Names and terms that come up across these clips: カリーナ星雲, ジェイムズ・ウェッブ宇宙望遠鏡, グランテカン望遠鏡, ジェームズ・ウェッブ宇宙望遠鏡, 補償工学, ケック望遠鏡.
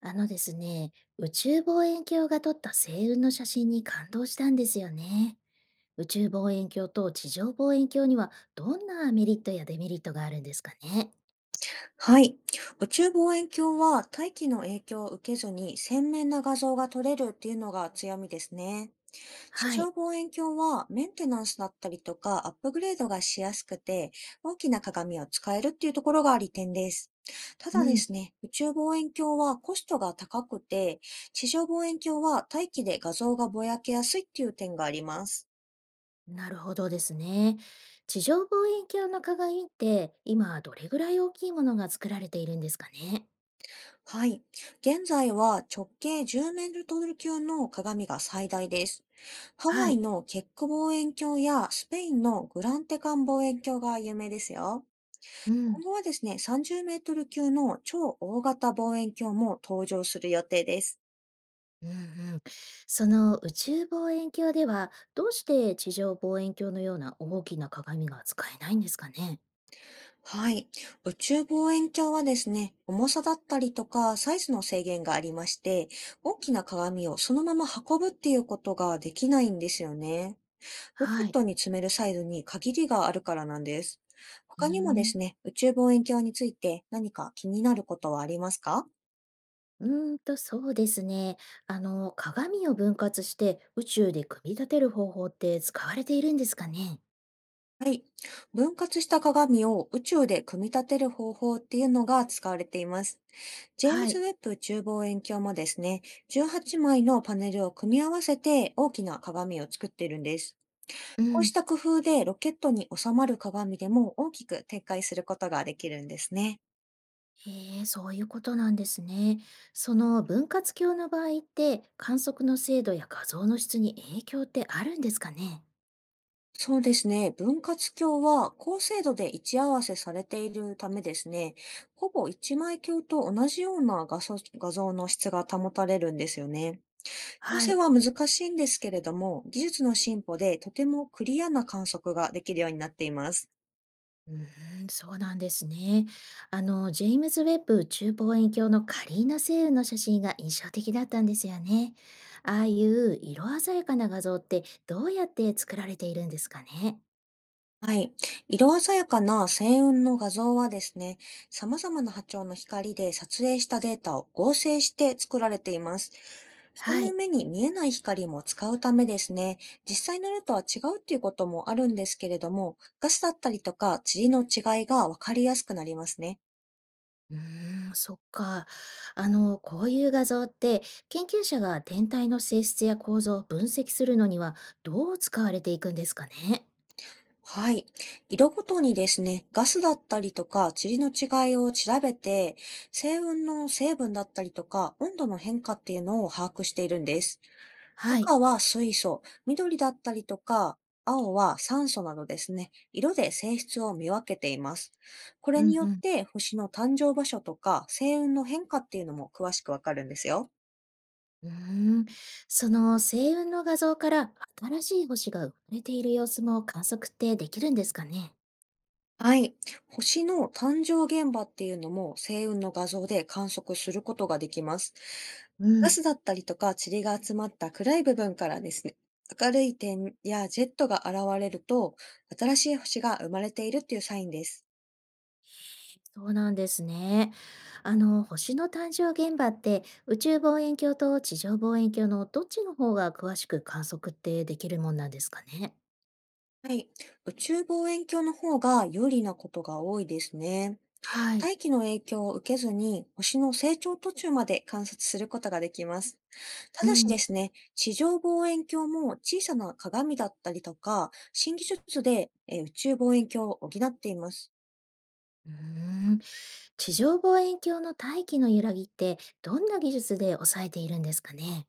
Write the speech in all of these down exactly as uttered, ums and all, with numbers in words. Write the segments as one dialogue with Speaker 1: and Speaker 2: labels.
Speaker 1: あのですね、宇宙望遠鏡が撮った星雲の写真に感動したんですよね。宇宙望遠鏡と地上望遠鏡にはどんなメリットやデメリットがあるんですかね。
Speaker 2: はい。宇宙望遠鏡は大気の影響を受けずに鮮明な画像が撮れるっていうのが強みですね。地
Speaker 1: は
Speaker 2: 上
Speaker 1: い。
Speaker 2: 望遠鏡はメンテナンスだったりとかアップグレードがしやすくて、大きな鏡を使えるっていうところが利点です。ただ
Speaker 1: う
Speaker 2: で
Speaker 1: ん。
Speaker 2: すね、宇宙望遠鏡はコストが高くて、地上望遠鏡は大気で画像がぼやけやすいっていう点があります。
Speaker 1: なるほどですね。地上望遠鏡の鏡って今どれぐらい大きいものが作られているんですかね。
Speaker 2: はい。現在は直径じゅうメートル級の鏡が最大です。ハ
Speaker 1: は
Speaker 2: ワイ
Speaker 1: い。
Speaker 2: のケック望遠鏡やスペインのグランテカン望遠鏡が有名ですよ。
Speaker 1: う
Speaker 2: 今
Speaker 1: ん。
Speaker 2: 後はですね、さんじゅうメートル級の超大型望遠鏡も登場する予定です。
Speaker 1: うんうん、その宇宙望遠鏡ではどうして地上望遠鏡のような大きな鏡が使えないんですかね。
Speaker 2: はい。宇宙望遠鏡はですね、重さだったりとかサイズの制限がありまして、大きな鏡をそのまま運ぶっていうことができないんですよね。ロケ
Speaker 1: は
Speaker 2: ッ
Speaker 1: い。
Speaker 2: トに積めるサイズに限りがあるからなんです。
Speaker 1: うー
Speaker 2: 他にもで
Speaker 1: ん、
Speaker 2: すね、宇宙望遠鏡について何か気になることはありますか？
Speaker 1: うーんと、そうですね。あの、鏡を分割して宇宙で組み立てる方法って使われているんですかね。
Speaker 2: はい。分割した鏡を宇宙で組み立てる方法っていうのが使われています。ジェーム
Speaker 1: は
Speaker 2: ズ・ウ
Speaker 1: い。
Speaker 2: ェッブ宇宙望遠鏡もですね、じゅうはちまいのパネルを組み合わせて大きな鏡を作っているんです。
Speaker 1: う
Speaker 2: こうし
Speaker 1: ん。
Speaker 2: た工夫でロケットに収まる鏡でも大きく展開することができるんですね。
Speaker 1: へえ、そういうことなんですね。その分割鏡の場合って観測の精度や画像の質に影響ってあるんですかね。
Speaker 2: そうですね。分割鏡は高精度で位置合わせされているためですね、ほぼ一枚鏡と同じような画素画像の質が保たれるんですよね。調
Speaker 1: は
Speaker 2: 整
Speaker 1: い。
Speaker 2: は難しいんですけれども、技術の進歩でとてもクリアな観測ができるようになっています。
Speaker 1: うーん、そうなんですね。あの、ジェイムズ・ウェッブ宇宙望遠鏡のカリーナ星雲の写真が印象的だったんですよね。ああいう色鮮やかな画像ってどうやって作られているんですかね。
Speaker 2: はい。色鮮やかな星雲の画像はですね、様々な波長の光で撮影したデータを合成して作られています。人
Speaker 1: は
Speaker 2: の
Speaker 1: い。
Speaker 2: 目に見えない光も使うためですね、実際の色とは違うっていうこともあるんですけれども、ガスだったりとか塵の違いがわかりやすくなりますね。
Speaker 1: うーん、そっか。あの、こういう画像って研究者が天体の性質や構造を分析するのにはどう使われていくんですかね。
Speaker 2: はい。色ごとにですね、ガスだったりとか塵の違いを調べて、星雲の成分だったりとか温度の変化っていうのを把握しているんです。
Speaker 1: はい。
Speaker 2: 赤は水素、緑だったりとか、青は酸素などですね、色で性質を見分けています。これ
Speaker 1: う
Speaker 2: に
Speaker 1: ん
Speaker 2: よ
Speaker 1: う
Speaker 2: っ
Speaker 1: ん。
Speaker 2: て星の誕生場所とか星雲の変化っていうのも詳しくわかるんですよ。
Speaker 1: うーん、その星雲の画像から新しい星が生まれている様子も観測ってできるんですかね。
Speaker 2: はい。星の誕生現場っていうのも星雲の画像で観測することができます。
Speaker 1: う
Speaker 2: ガ
Speaker 1: ん、
Speaker 2: スだったりとか塵が集まった暗い部分からですね、明るい点やジェットが現れると、新しい星が生まれているっていうサインです。
Speaker 1: そうなんですね。あの、星の誕生現場って宇宙望遠鏡と地上望遠鏡のどっちの方が詳しく観測ってできるもんなんですかね。
Speaker 2: はい。宇宙望遠鏡の方が有利なことが多いですね。
Speaker 1: はい、
Speaker 2: 大気の影響を受けずに星の成長途中まで観察することができます。た
Speaker 1: う
Speaker 2: だしで
Speaker 1: ん、
Speaker 2: すね、地上望遠鏡も小さな鏡だったりとか、新技術でえー宇宙望遠鏡を補っています。
Speaker 1: うーん、地上望遠鏡の大気の揺らぎってどんな技術で抑えているんですかね。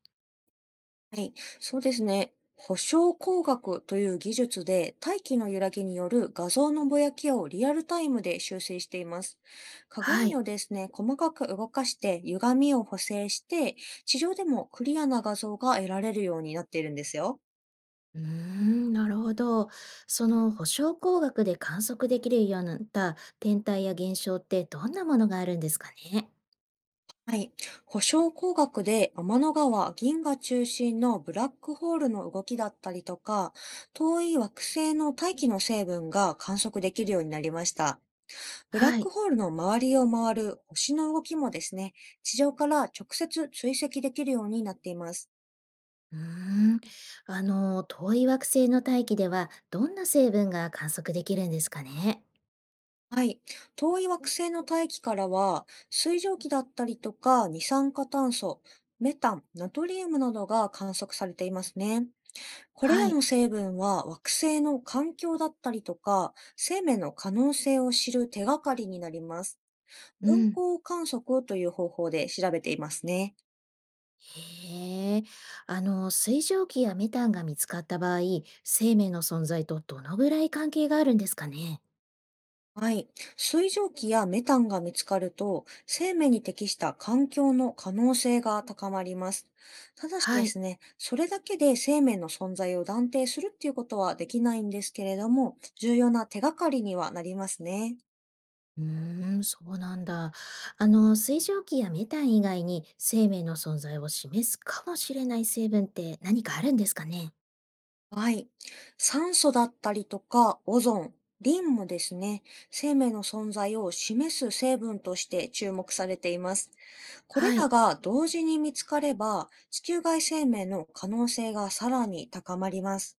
Speaker 2: はい、そうですね。補償工学という技術で大気の揺らぎによる画像のぼやきをリアルタイムで修正しています。
Speaker 1: は
Speaker 2: 鏡
Speaker 1: い。
Speaker 2: をですね、細かく動かして歪みを補正して、地上でもクリアな画像が得られるようになっているんですよ。
Speaker 1: うーん、なるほど。その補償工学で観測できるようになった天体や現象ってどんなものがあるんですかね。
Speaker 2: はい。補償工学で天の川、銀河中心のブラックホールの動きだったりとか、遠い惑星の大気の成分が観測できるようになりました。ブラッ
Speaker 1: は
Speaker 2: ク
Speaker 1: い。
Speaker 2: ホールの周りを回る星の動きもですね、地上から直接追跡できるようになっています。
Speaker 1: うーん。あの、遠い惑星の大気ではどんな成分が観測できるんですかね。
Speaker 2: はい。遠い惑星の大気からは、水蒸気だったりとか、二酸化炭素、メタン、ナトリウムなどが観測されていますね。これ
Speaker 1: は
Speaker 2: らの
Speaker 1: い。
Speaker 2: 成分は惑星の環境だったりとか、生命の可能性を知る手がかりになります。
Speaker 1: う
Speaker 2: 分
Speaker 1: ん。
Speaker 2: 光観測という方法で調べていますね。
Speaker 1: へえ。あの、水蒸気やメタンが見つかった場合、生命の存在とどのぐらい関係があるんですかね。
Speaker 2: はい。水蒸気やメタンが見つかると、生命に適した環境の可能性が高まります。ただしで
Speaker 1: はい。
Speaker 2: すね、それだけで生命の存在を断定するっていうことはできないんですけれども、重要な手がかりにはなりますね。
Speaker 1: うーん、そうなんだ。あの、水蒸気やメタン以外に生命の存在を示すかもしれない成分って何かあるんですかね。
Speaker 2: はい。酸素だったりとか、オゾン、リンもですね、生命の存在を示す成分として注目されています。これ
Speaker 1: は
Speaker 2: ら
Speaker 1: い。
Speaker 2: が同時に見つかれば、地球外生命の可能性がさらに高まります。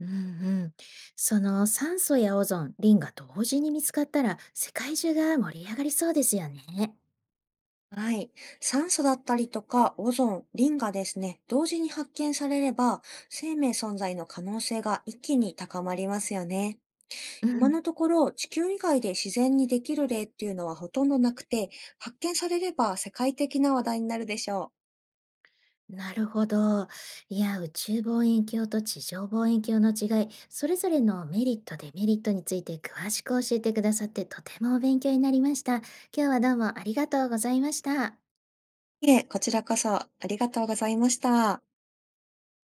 Speaker 1: うんうん。その酸素やオゾン、リンが同時に見つかったら世界中が盛り上がりそうですよね。
Speaker 2: はい。酸素だったりとか、オゾン、リンがですね、同時に発見されれば、生命存在の可能性が一気に高まりますよね。
Speaker 1: う
Speaker 2: 今
Speaker 1: ん。
Speaker 2: のところ、地球以外で自然にできる例っていうのはほとんどなくて、発見されれば世界的な話題になるでしょ
Speaker 1: なるほど。いや、宇宙望遠鏡と地上望遠鏡の違い、それぞれのメリット、デメリットについて詳しく教えてくださってとてもお勉強になりました。今日はどうもありがとうございました。
Speaker 2: う。いえ、こちらこそありがとうございました。